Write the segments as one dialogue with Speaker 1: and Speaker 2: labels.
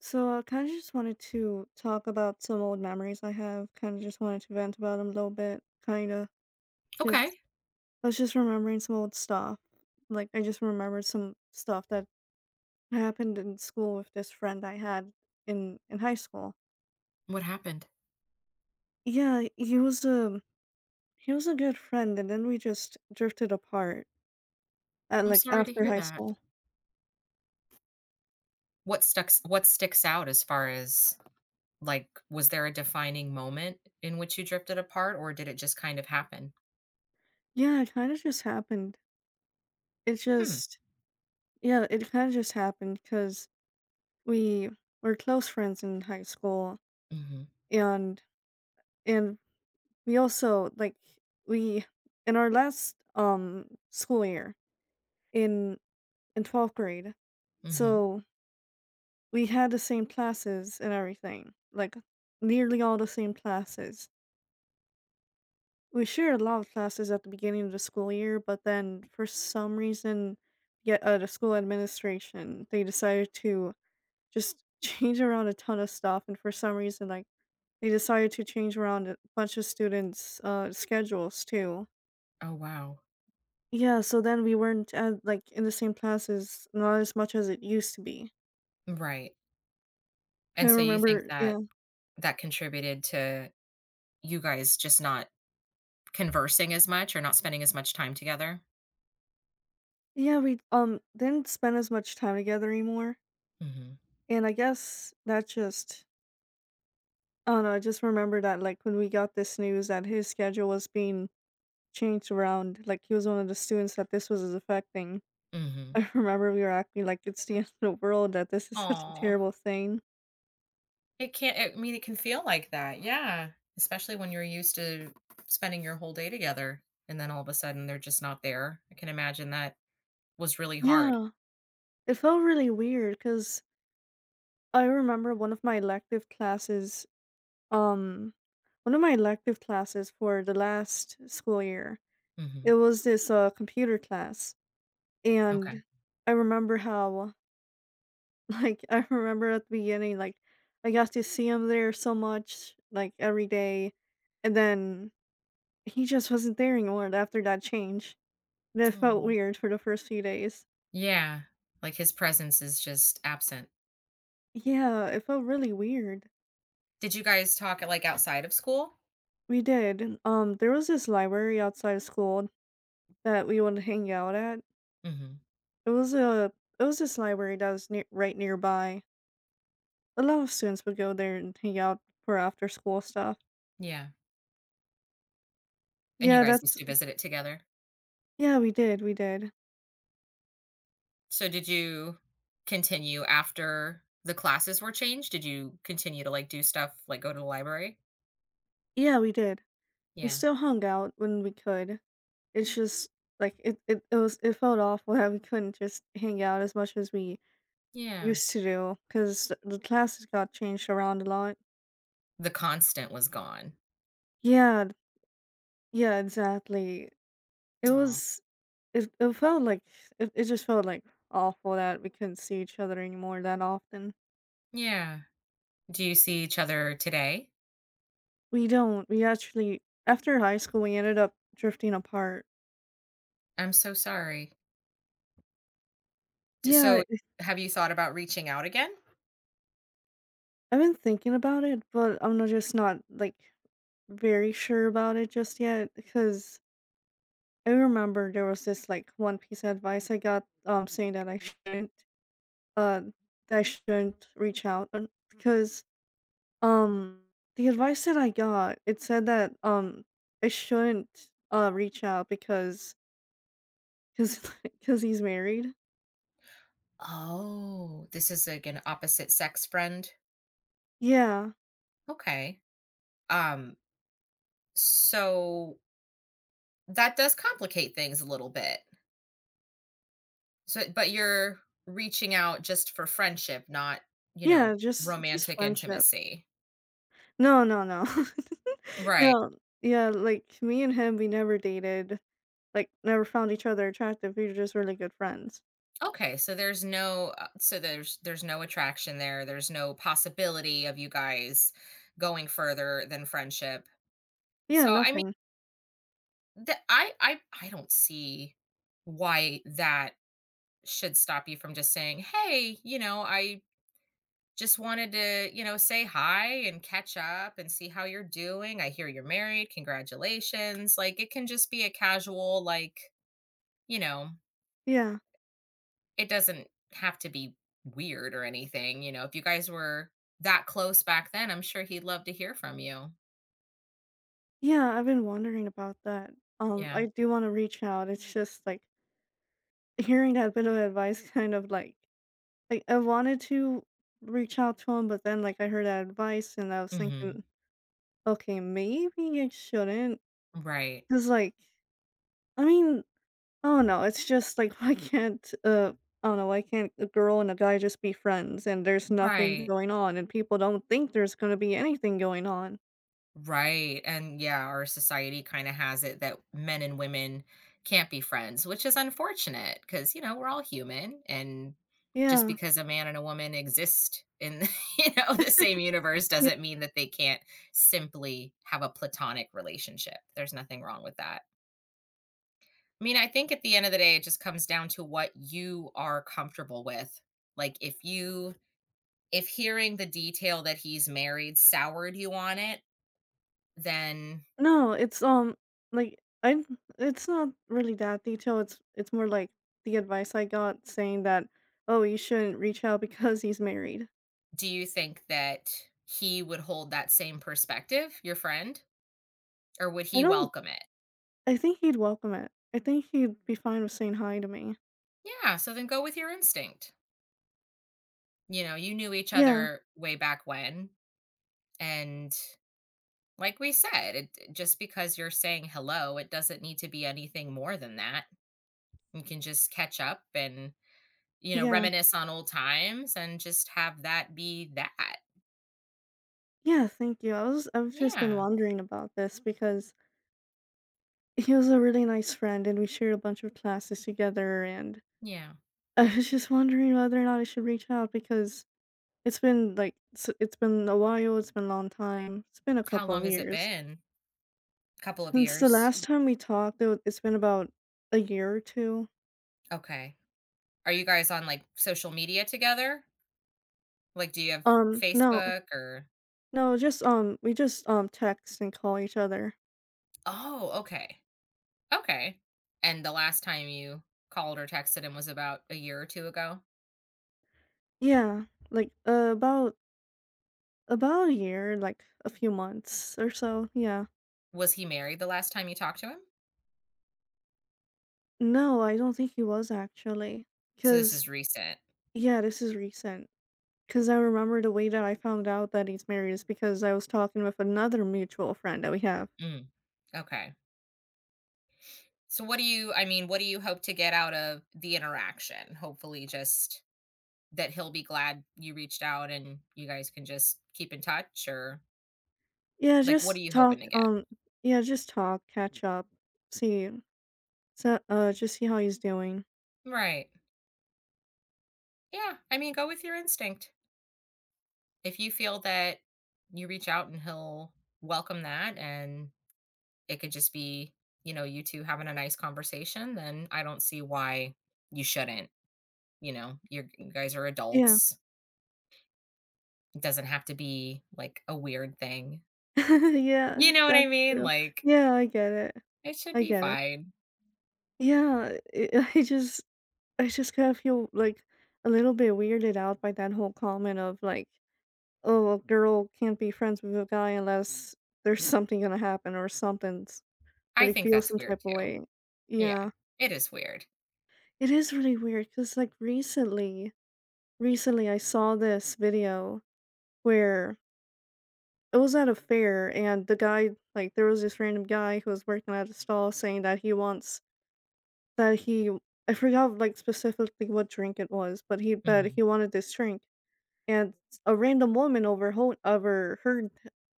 Speaker 1: So I kind of just wanted to talk about some old memories I have. Kind of just wanted to vent about them a little bit. Kind of
Speaker 2: Okay.
Speaker 1: just I was just remembering some old stuff. Like I just remembered some stuff that happened in school with this friend I had in high school.
Speaker 2: What happened?
Speaker 1: Yeah, he was a good friend, and then we just drifted apart at
Speaker 2: I'm
Speaker 1: like
Speaker 2: sorry to
Speaker 1: after
Speaker 2: hear
Speaker 1: high
Speaker 2: that.
Speaker 1: school.
Speaker 2: What sticks out as far as, like, was there a defining moment in which you drifted apart or did it just kind of happen?
Speaker 1: Yeah, it kind of just happened. It
Speaker 2: Hmm.
Speaker 1: just Yeah, it kind of just happened because we were close friends in high school
Speaker 2: Mhm.
Speaker 1: and and we also like we in our last school year in in 12th grade,
Speaker 2: Mhm.
Speaker 1: so we had the same classes and everything, like nearly all the same classes. We shared a lot of classes at the beginning of the school year, but then for some reason, yeah, the school administration, they decided to just change around a ton of stuff, and for some reason like they decided to change around a bunch of students schedules too.
Speaker 2: Oh wow.
Speaker 1: Yeah, so then we weren't at like in the same classes, not as much as it used to be.
Speaker 2: Right.
Speaker 1: I
Speaker 2: And so you think
Speaker 1: remember, yeah.
Speaker 2: that that contributed to you guys just not conversing as much or not spending as much time together?
Speaker 1: Yeah, we didn't spend as much time together anymore.
Speaker 2: Mhm.
Speaker 1: And I guess that just I don't know, I just remember that like when we got this news that his schedule was being changed around, like he was one of the students that this was affecting.
Speaker 2: Mhm.
Speaker 1: I remember we were acting like it's the end of the world, that this is such a
Speaker 2: Aw.
Speaker 1: terrible thing.
Speaker 2: It can't I mean, it can feel like that, yeah, especially when you're used to spending your whole day together, and then all of a sudden, they're just not there. I can imagine that was really hard.
Speaker 1: Yeah, it felt really weird because I remember one of my elective classes, um one of my elective classes for the last school year,
Speaker 2: Mhm,
Speaker 1: it was this computer class.
Speaker 2: okay.
Speaker 1: And I remember how like I remember at the beginning, like I got to see him there so much, like every day, and then he just wasn't there anymore after that change, and it felt
Speaker 2: Aw.
Speaker 1: weird for the first few days.
Speaker 2: Yeah, like, his presence is just absent.
Speaker 1: Yeah, it felt really weird.
Speaker 2: Did you guys talk, like, outside of school?
Speaker 1: We did, there was this library outside of school that we would hang out at.
Speaker 2: Mhm,
Speaker 1: It was a it was this library that was near, right nearby. A lot of students would go there and hang out for after school stuff.
Speaker 2: yeah, and you
Speaker 1: Yeah,
Speaker 2: guys used
Speaker 1: that's
Speaker 2: to visit it together?
Speaker 1: yeah, we did, we did.
Speaker 2: So, did you continue after the classes were changed? Did you continue to, like, do stuff, like, go to the library?
Speaker 1: Yeah, we did. We
Speaker 2: Yeah,
Speaker 1: still hung out when we could. It's just like it felt awful that we couldn't just hang out as much as we
Speaker 2: yeah.
Speaker 1: used to do because the classes got changed around a lot.
Speaker 2: The constant was gone.
Speaker 1: Yeah, th- yeah, exactly. It
Speaker 2: Aw,
Speaker 1: was it felt like it just felt like awful that we couldn't see each other anymore that often.
Speaker 2: yeah. Do you see each other today?
Speaker 1: We don't. We actually after high school, we ended up drifting apart.
Speaker 2: I'm so sorry. D so,
Speaker 1: Yeah, it's
Speaker 2: have you thought about reaching out again?
Speaker 1: I've been thinking about it, but I'm not just not, like, very sure about it just yet because I remember there was this, like, one piece of advice I got, saying uh, that I shouldn't reach out and because, um, the advice that I got, it said that, I shouldn't, reach out because because he's married.
Speaker 2: Oh, this is like an opposite sex friend?
Speaker 1: Yeah.
Speaker 2: Okay. Um, so that does complicate things a little bit. So but you're reaching out just for friendship, not, you
Speaker 1: Yeah,
Speaker 2: know,
Speaker 1: just
Speaker 2: romantic
Speaker 1: friendship.
Speaker 2: intimacy.
Speaker 1: No, no, no.
Speaker 2: Right.
Speaker 1: No. Yeah, like, me and him, we never dated, like, never found each other attractive, we were just really good friends.
Speaker 2: Okay, so there's no so there's no attraction there. There's no possibility of you guys going further than friendship.
Speaker 1: Yeah,
Speaker 2: So I mean,
Speaker 1: nothing.
Speaker 2: that I don't see why that should stop you from just saying, "Hey, you know, I just wanted to, you know, say hi and catch up and see how you're doing. I hear you're married. Congratulations." Like it can just be a casual like, you know,
Speaker 1: Yeah.
Speaker 2: It doesn't have to be weird or anything, if you guys were that close back then, I'm sure he'd love to hear from you.
Speaker 1: Yeah, I've been wondering about that.
Speaker 2: Yeah.
Speaker 1: I do wanna reach out, it's just, like, hearing that bit of advice kind of, like, I wanted to reach out to him, but then, like, I heard that advice, and I was
Speaker 2: Mhm.
Speaker 1: thinking, "Okay, maybe I shouldn't."
Speaker 2: Right.
Speaker 1: not Cause like, I mean Oh, no, it's just like, why can't, I don't know, why can't a girl and a guy just be friends and there's nothing
Speaker 2: Right.
Speaker 1: going on and people don't think there's gonna be anything going on.
Speaker 2: Right, and yeah, our society kinda has it that men and women can't be friends, which is unfortunate because we're all human, and just
Speaker 1: Yeah.
Speaker 2: because a man and a woman exist in, the same universe
Speaker 1: Yeah.
Speaker 2: doesn't mean that they can't simply have a platonic relationship. There's nothing wrong with that. I mean, I think at the end of the day, it just comes down to what you are comfortable with. Like if hearing the detail that he's married soured you on it, then
Speaker 1: No, it's, like, I it's not really that detailed, it's more like the advice I got saying that, "Oh, you shouldn't reach out because he's married."
Speaker 2: do you think that he would hold that same perspective, your friend, or would
Speaker 1: I
Speaker 2: he
Speaker 1: don't
Speaker 2: welcome it?
Speaker 1: I think he'd welcome it. I think he'd be fine with saying hi to me.
Speaker 2: Yeah, so then go with your instinct. You know, you knew each
Speaker 1: Yeah.
Speaker 2: other way back when and like we said, just because you're saying hello, it doesn't need to be anything more than that. You can just catch up and
Speaker 1: Yeah.
Speaker 2: reminisce on old times and just have that be that.
Speaker 1: Yeah, thank you. I was I've just been
Speaker 2: Yeah.
Speaker 1: wondering about this because he was a really nice friend, and we shared a bunch of classes together, and
Speaker 2: Yeah.
Speaker 1: I was just wondering whether or not I should reach out because it's been a while, it's been a long time, it's been a
Speaker 2: How
Speaker 1: couple
Speaker 2: long
Speaker 1: of
Speaker 2: has it
Speaker 1: years.
Speaker 2: been? Couple of
Speaker 1: Since the
Speaker 2: years.
Speaker 1: last time we talked, though, it's been about a year or two.
Speaker 2: Okay. Are you guys on like social media together? Like, do you have
Speaker 1: No,
Speaker 2: Facebook or?
Speaker 1: no, just, we just, text and call each other.
Speaker 2: Oh, okay. Okay. And the last time you called or texted him was about a year or two ago?
Speaker 1: Yeah, like, about a year, like, a few months or so, yeah.
Speaker 2: Was he married the last time you talked to him?
Speaker 1: No, I don't think he was actually
Speaker 2: So this
Speaker 1: because
Speaker 2: is recent.
Speaker 1: yeah, this is recent. 'Cause I remember the way that I found out that he's married is because I was talking with another mutual friend that we have.
Speaker 2: Mm, okay. So what do I mean, what do you hope to get out of the interaction? Hopefully just that he'll be glad you reached out and you guys can just keep in touch or
Speaker 1: Yeah,
Speaker 2: like what are
Speaker 1: just
Speaker 2: you hoping
Speaker 1: talk,
Speaker 2: to get?
Speaker 1: um yeah, just talk, catch up, see so, just see how he's doing.
Speaker 2: Right. Yeah. I mean, go with your instinct. If you feel that you reach out and he'll welcome that and it could just be, you two having a nice conversation, then I don't see why you shouldn't. You guys are
Speaker 1: Yeah.
Speaker 2: adults. It doesn't have to be like a weird thing.
Speaker 1: Yeah,
Speaker 2: You know what I
Speaker 1: that's
Speaker 2: mean?
Speaker 1: true.
Speaker 2: Like
Speaker 1: Yeah, I get it.
Speaker 2: it should
Speaker 1: I
Speaker 2: be
Speaker 1: get it.
Speaker 2: fine.
Speaker 1: Yeah, it I just I just kinda feel, like, a little bit weirded out by that whole comment of, like, "Oh, a girl can't be friends with a guy unless there's something gonna happen or something." But
Speaker 2: I
Speaker 1: they
Speaker 2: think
Speaker 1: feel
Speaker 2: that's
Speaker 1: some
Speaker 2: weird
Speaker 1: type of
Speaker 2: too.
Speaker 1: way.
Speaker 2: Yeah.
Speaker 1: Yeah.
Speaker 2: It is weird.
Speaker 1: It is really weird. Cause like, recently, I saw this video where it was at a fair and the guy like, there was this random guy who was working at a stall saying that he wants that he I forgot, like, specifically what drink it was, but he that
Speaker 2: Mhm.
Speaker 1: he wanted this drink, and a random woman overho overheard,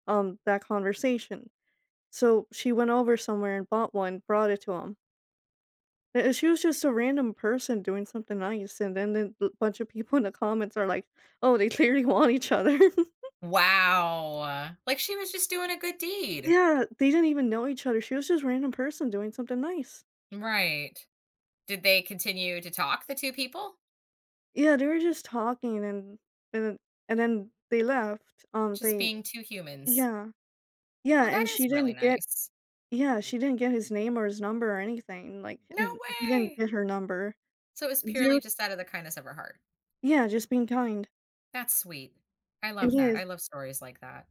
Speaker 1: that conversation. So, she went over somewhere and bought one, brought it to him. She was just a random person doing something nice, and then a bunch of people in the comments are like, "Oh, they clearly want each other."
Speaker 2: Wow. Like she was just doing a good deed.
Speaker 1: Yeah, they didn't even know each other. She was just a random person doing something nice.
Speaker 2: Right. Did they continue to talk, the 2 people?
Speaker 1: Yeah, they were just talking and and then they left.
Speaker 2: Just
Speaker 1: They
Speaker 2: being 2 humans.
Speaker 1: yeah. Yeah,
Speaker 2: Well, that
Speaker 1: and
Speaker 2: is
Speaker 1: she
Speaker 2: really
Speaker 1: didn't get
Speaker 2: nice.
Speaker 1: yeah, she didn't get his name or his number or anything, like,
Speaker 2: No
Speaker 1: and he didn't
Speaker 2: way.
Speaker 1: get her number.
Speaker 2: So it was
Speaker 1: They
Speaker 2: purely
Speaker 1: were
Speaker 2: just out of the kindness of her heart.
Speaker 1: yeah, just being kind.
Speaker 2: That's sweet. I
Speaker 1: It
Speaker 2: love that.
Speaker 1: is.
Speaker 2: I love stories like that.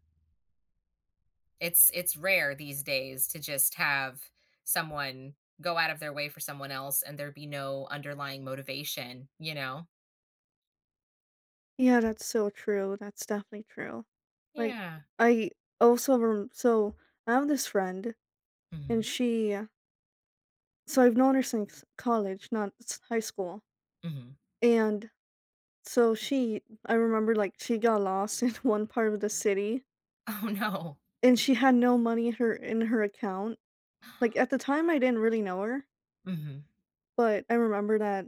Speaker 2: It's rare these days to just have someone go out of their way for someone else and there be no underlying motivation, you know?
Speaker 1: Yeah, that's so true, that's definitely true. Like,
Speaker 2: Yeah.
Speaker 1: I also rem so, I have this friend, and
Speaker 2: Mhm.
Speaker 1: she so I've known her since college, not s high school,
Speaker 2: Mhm.
Speaker 1: and so she I remember, like, she got lost in one part of the city,
Speaker 2: Oh, no.
Speaker 1: and she had no money in her account. Like, at the time, I didn't really know her,
Speaker 2: Mhm.
Speaker 1: but I remember that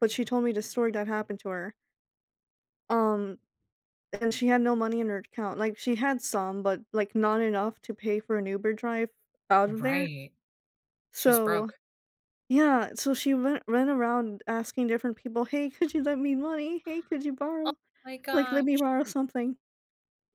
Speaker 1: but she told me the story that happened to her. Um And she had no money in her account, like, she had some, but, like, not enough to pay for an Uber drive out of there.
Speaker 2: Right. She was
Speaker 1: So
Speaker 2: broke.
Speaker 1: yeah, so she went ran around asking different people, "Hey, could you lend me money? Hey, could you
Speaker 2: Oh
Speaker 1: borrow
Speaker 2: my
Speaker 1: like, let me
Speaker 2: gosh.
Speaker 1: borrow something.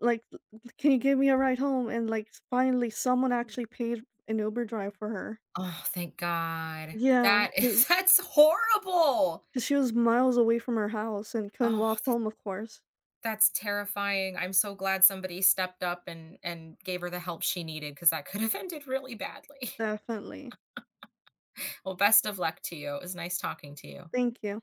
Speaker 1: Like, l can you give me a ride home?" And, like, finally, someone actually paid an Uber drive for her.
Speaker 2: Oh, thank God.
Speaker 1: Yeah,
Speaker 2: That is
Speaker 1: because
Speaker 2: that's horrible.
Speaker 1: she was miles away from her house and couldn't
Speaker 2: Oh,
Speaker 1: walk
Speaker 2: th
Speaker 1: home, of course.
Speaker 2: that's terrifying. I'm so glad somebody stepped up and gave her the help she needed because that could have ended really badly.
Speaker 1: Definitely.
Speaker 2: Well, best of luck to you. It was nice talking to you.
Speaker 1: Thank you.